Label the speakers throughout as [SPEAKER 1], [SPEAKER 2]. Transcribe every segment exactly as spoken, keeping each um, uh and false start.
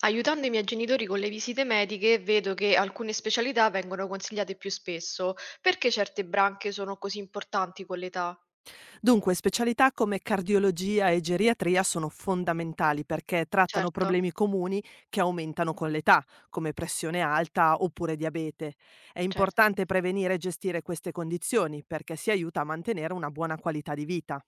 [SPEAKER 1] Aiutando i miei genitori con le visite mediche, vedo che alcune specialità vengono consigliate più spesso. Perché certe branche sono così importanti con l'età?
[SPEAKER 2] Dunque, specialità come cardiologia e geriatria sono fondamentali perché trattano
[SPEAKER 1] Certo,
[SPEAKER 2] problemi comuni che aumentano con l'età, come pressione alta oppure diabete. È
[SPEAKER 1] certo.
[SPEAKER 2] importante prevenire e gestire queste condizioni perché si aiuta a mantenere una buona qualità di vita.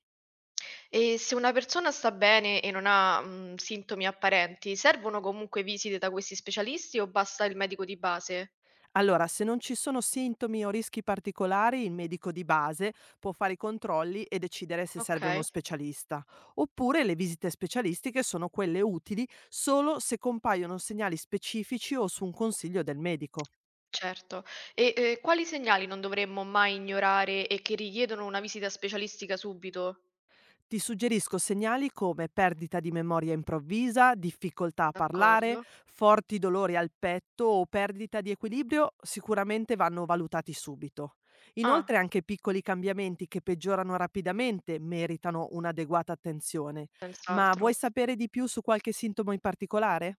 [SPEAKER 1] E se una persona sta bene e non ha, mm, sintomi apparenti, servono comunque visite da questi specialisti o basta il medico di base?
[SPEAKER 2] Allora, se non ci sono sintomi o rischi particolari, il medico di base può fare i controlli e decidere se
[SPEAKER 1] Ok,
[SPEAKER 2] serve uno specialista. Oppure le visite specialistiche sono quelle utili solo se compaiono segnali specifici o su un consiglio del medico.
[SPEAKER 1] certo. E eh, quali segnali non dovremmo mai ignorare e che richiedono una visita specialistica subito?
[SPEAKER 2] Ti suggerisco segnali come perdita di memoria improvvisa, difficoltà a parlare,
[SPEAKER 1] D'accordo.
[SPEAKER 2] forti dolori al petto o perdita di equilibrio sicuramente vanno valutati subito. Inoltre
[SPEAKER 1] Ah,
[SPEAKER 2] anche piccoli cambiamenti che peggiorano rapidamente meritano un'adeguata attenzione. Ma vuoi
[SPEAKER 1] senz'altro.
[SPEAKER 2] sapere di più su qualche sintomo in particolare?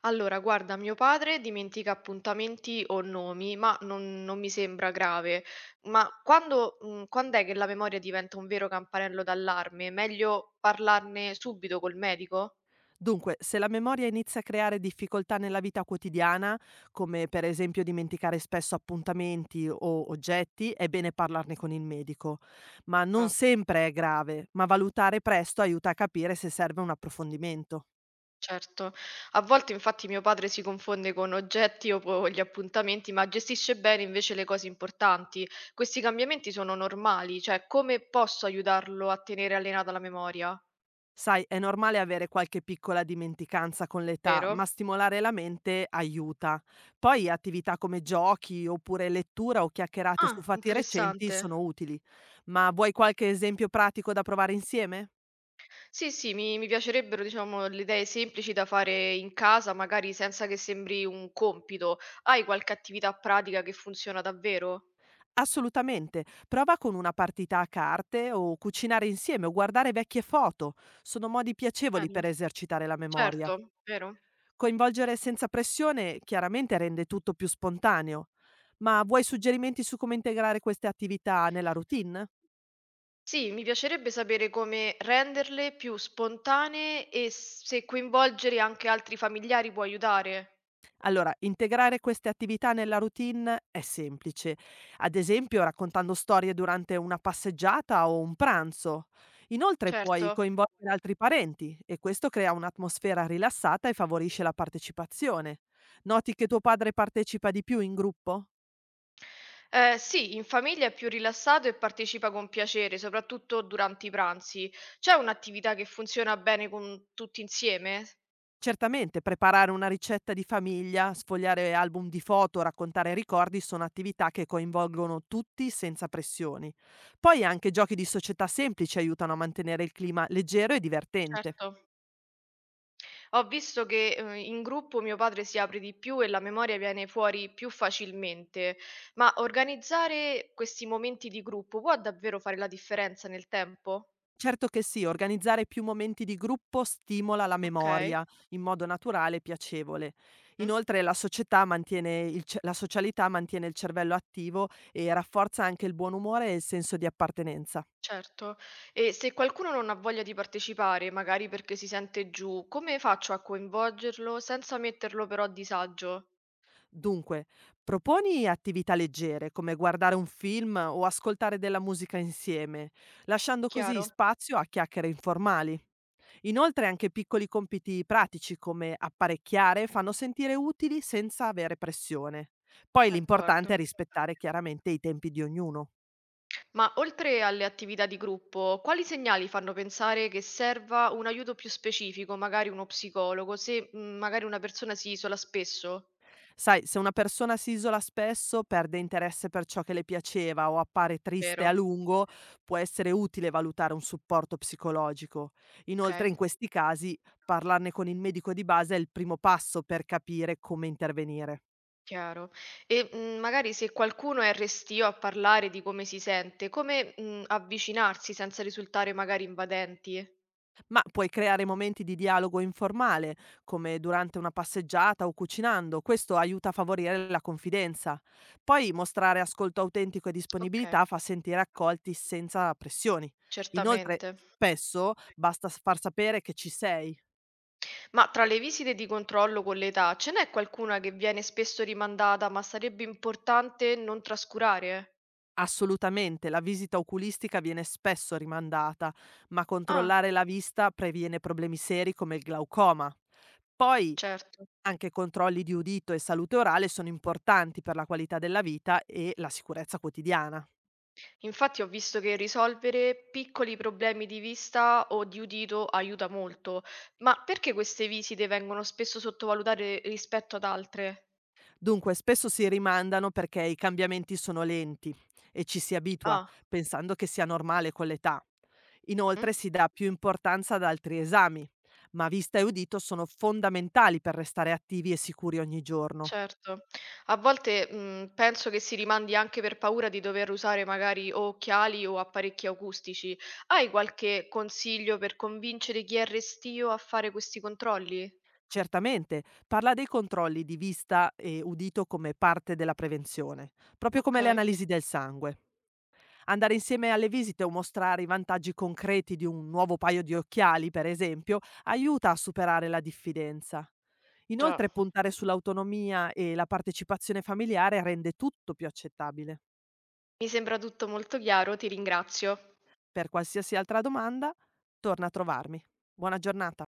[SPEAKER 1] Allora, guarda, mio padre dimentica appuntamenti o nomi, ma non, non mi sembra grave. Ma quando, mm, quand'è che la memoria diventa un vero campanello d'allarme? È meglio parlarne subito col medico?
[SPEAKER 2] Dunque, se la memoria inizia a creare difficoltà nella vita quotidiana, come per esempio dimenticare spesso appuntamenti o oggetti, è bene parlarne con il medico. Ma non
[SPEAKER 1] Ah,
[SPEAKER 2] sempre è grave, ma valutare presto aiuta a capire se serve un approfondimento.
[SPEAKER 1] certo. A volte infatti mio padre si confonde con oggetti o con gli appuntamenti, ma gestisce bene invece le cose importanti. Questi cambiamenti sono normali, cioè come posso aiutarlo a tenere allenata la memoria?
[SPEAKER 2] Sai, è normale avere qualche piccola dimenticanza con l'età,
[SPEAKER 1] Vero?
[SPEAKER 2] ma stimolare la mente aiuta. Poi attività come giochi oppure lettura o chiacchierate su
[SPEAKER 1] Ah,
[SPEAKER 2] fatti recenti
[SPEAKER 1] interessante.
[SPEAKER 2] sono utili. Ma vuoi qualche esempio pratico da provare insieme?
[SPEAKER 1] Sì, sì, mi mi piacerebbero, diciamo, le idee semplici da fare in casa, magari senza che sembri un compito. Hai qualche attività pratica che funziona davvero?
[SPEAKER 2] Assolutamente. Prova con una partita a carte o cucinare insieme o guardare vecchie foto. Sono modi piacevoli
[SPEAKER 1] Bello.
[SPEAKER 2] per esercitare la memoria.
[SPEAKER 1] Certo, vero.
[SPEAKER 2] Coinvolgere senza pressione chiaramente rende tutto più spontaneo. Ma vuoi suggerimenti su come integrare queste attività nella routine?
[SPEAKER 1] Sì, mi piacerebbe sapere come renderle più spontanee e se coinvolgere anche altri familiari può aiutare.
[SPEAKER 2] Allora, integrare queste attività nella routine è semplice, ad esempio raccontando storie durante una passeggiata o un pranzo. Inoltre
[SPEAKER 1] Certo.
[SPEAKER 2] puoi coinvolgere altri parenti e questo crea un'atmosfera rilassata e favorisce la partecipazione. Noti che tuo padre partecipa di più in gruppo?
[SPEAKER 1] Eh, sì, in famiglia è più rilassato e partecipa con piacere, soprattutto durante i pranzi. C'è un'attività che funziona bene con tutti insieme?
[SPEAKER 2] Certamente, preparare una ricetta di famiglia, sfogliare album di foto, raccontare ricordi sono attività che coinvolgono tutti senza pressioni. Poi anche giochi di società semplici aiutano a mantenere il clima leggero e divertente.
[SPEAKER 1] Certo. Ho visto che, uhm, in gruppo mio padre si apre di più e la memoria viene fuori più facilmente, ma organizzare questi momenti di gruppo può davvero fare la differenza nel tempo?
[SPEAKER 2] Certo che sì, organizzare più momenti di gruppo stimola la
[SPEAKER 1] Okay.
[SPEAKER 2] memoria in modo naturale e piacevole.
[SPEAKER 1] Mh.
[SPEAKER 2] Inoltre la, società mantiene il ce- la socialità mantiene il cervello attivo e rafforza anche il buon umore e il senso di appartenenza.
[SPEAKER 1] Certo. E se qualcuno non ha voglia di partecipare, magari perché si sente giù, come faccio a coinvolgerlo senza metterlo però a disagio?
[SPEAKER 2] Dunque, proponi attività leggere come guardare un film o ascoltare della musica insieme, lasciando così
[SPEAKER 1] Chiaro?
[SPEAKER 2] spazio a chiacchiere informali. Inoltre anche piccoli compiti pratici come apparecchiare fanno sentire utili senza avere pressione. Poi
[SPEAKER 1] D'accordo.
[SPEAKER 2] l'importante è rispettare chiaramente i tempi di ognuno.
[SPEAKER 1] Ma oltre alle attività di gruppo, quali segnali fanno pensare che serva un aiuto più specifico, magari uno psicologo, se mm, magari una persona si isola spesso?
[SPEAKER 2] Sai, se una persona si isola spesso, perde interesse per ciò che le piaceva o appare triste a
[SPEAKER 1] Vero?
[SPEAKER 2] lungo, può essere utile valutare un supporto psicologico.
[SPEAKER 1] Ok,
[SPEAKER 2] Inoltre, in questi casi, parlarne con il medico di base è il primo passo per capire come intervenire.
[SPEAKER 1] chiaro. E mm, magari se qualcuno è restio a parlare di come si sente, come mm, avvicinarsi senza risultare magari invadenti?
[SPEAKER 2] Ma puoi creare momenti di dialogo informale, come durante una passeggiata o cucinando, questo aiuta a favorire la confidenza. Poi mostrare ascolto autentico e
[SPEAKER 1] Ok,
[SPEAKER 2] disponibilità fa sentire accolti senza pressioni. Inoltre,
[SPEAKER 1] certamente.
[SPEAKER 2] spesso basta s- far sapere che ci sei.
[SPEAKER 1] Ma tra le visite di controllo con l'età, ce n'è qualcuna che viene spesso rimandata, ma sarebbe importante non trascurare?
[SPEAKER 2] Assolutamente, la visita oculistica viene spesso rimandata, ma
[SPEAKER 1] Ah,
[SPEAKER 2] controllare la vista previene problemi seri come il glaucoma. Poi
[SPEAKER 1] certo.
[SPEAKER 2] anche controlli di udito e salute orale sono importanti per la qualità della vita e la sicurezza quotidiana.
[SPEAKER 1] Infatti ho visto che risolvere piccoli problemi di vista o di udito aiuta molto, ma perché queste visite vengono spesso sottovalutate rispetto ad altre?
[SPEAKER 2] Dunque, spesso si rimandano perché i cambiamenti sono lenti e ci si abitua,
[SPEAKER 1] Ah.
[SPEAKER 2] pensando che sia normale con l'età.
[SPEAKER 1] Mm?
[SPEAKER 2] Inoltre si dà più importanza ad altri esami, ma vista e udito sono fondamentali per restare attivi e sicuri ogni giorno.
[SPEAKER 1] Certo. A volte, mhmm, penso che si rimandi anche per paura di dover usare magari o occhiali o apparecchi acustici. Hai qualche consiglio per convincere chi è restio a fare questi controlli?
[SPEAKER 2] Certamente, parla dei controlli di vista e udito come parte della prevenzione, proprio come le
[SPEAKER 1] Okay,
[SPEAKER 2] analisi del sangue. Andare insieme alle visite o mostrare i vantaggi concreti di un nuovo paio di occhiali, per esempio, aiuta a superare la diffidenza.
[SPEAKER 1] già.
[SPEAKER 2] Inoltre puntare sull'autonomia e la partecipazione familiare rende tutto più accettabile.
[SPEAKER 1] Mi sembra tutto molto chiaro, ti ringrazio.
[SPEAKER 2] Per qualsiasi altra domanda, torna a trovarmi. Buona giornata.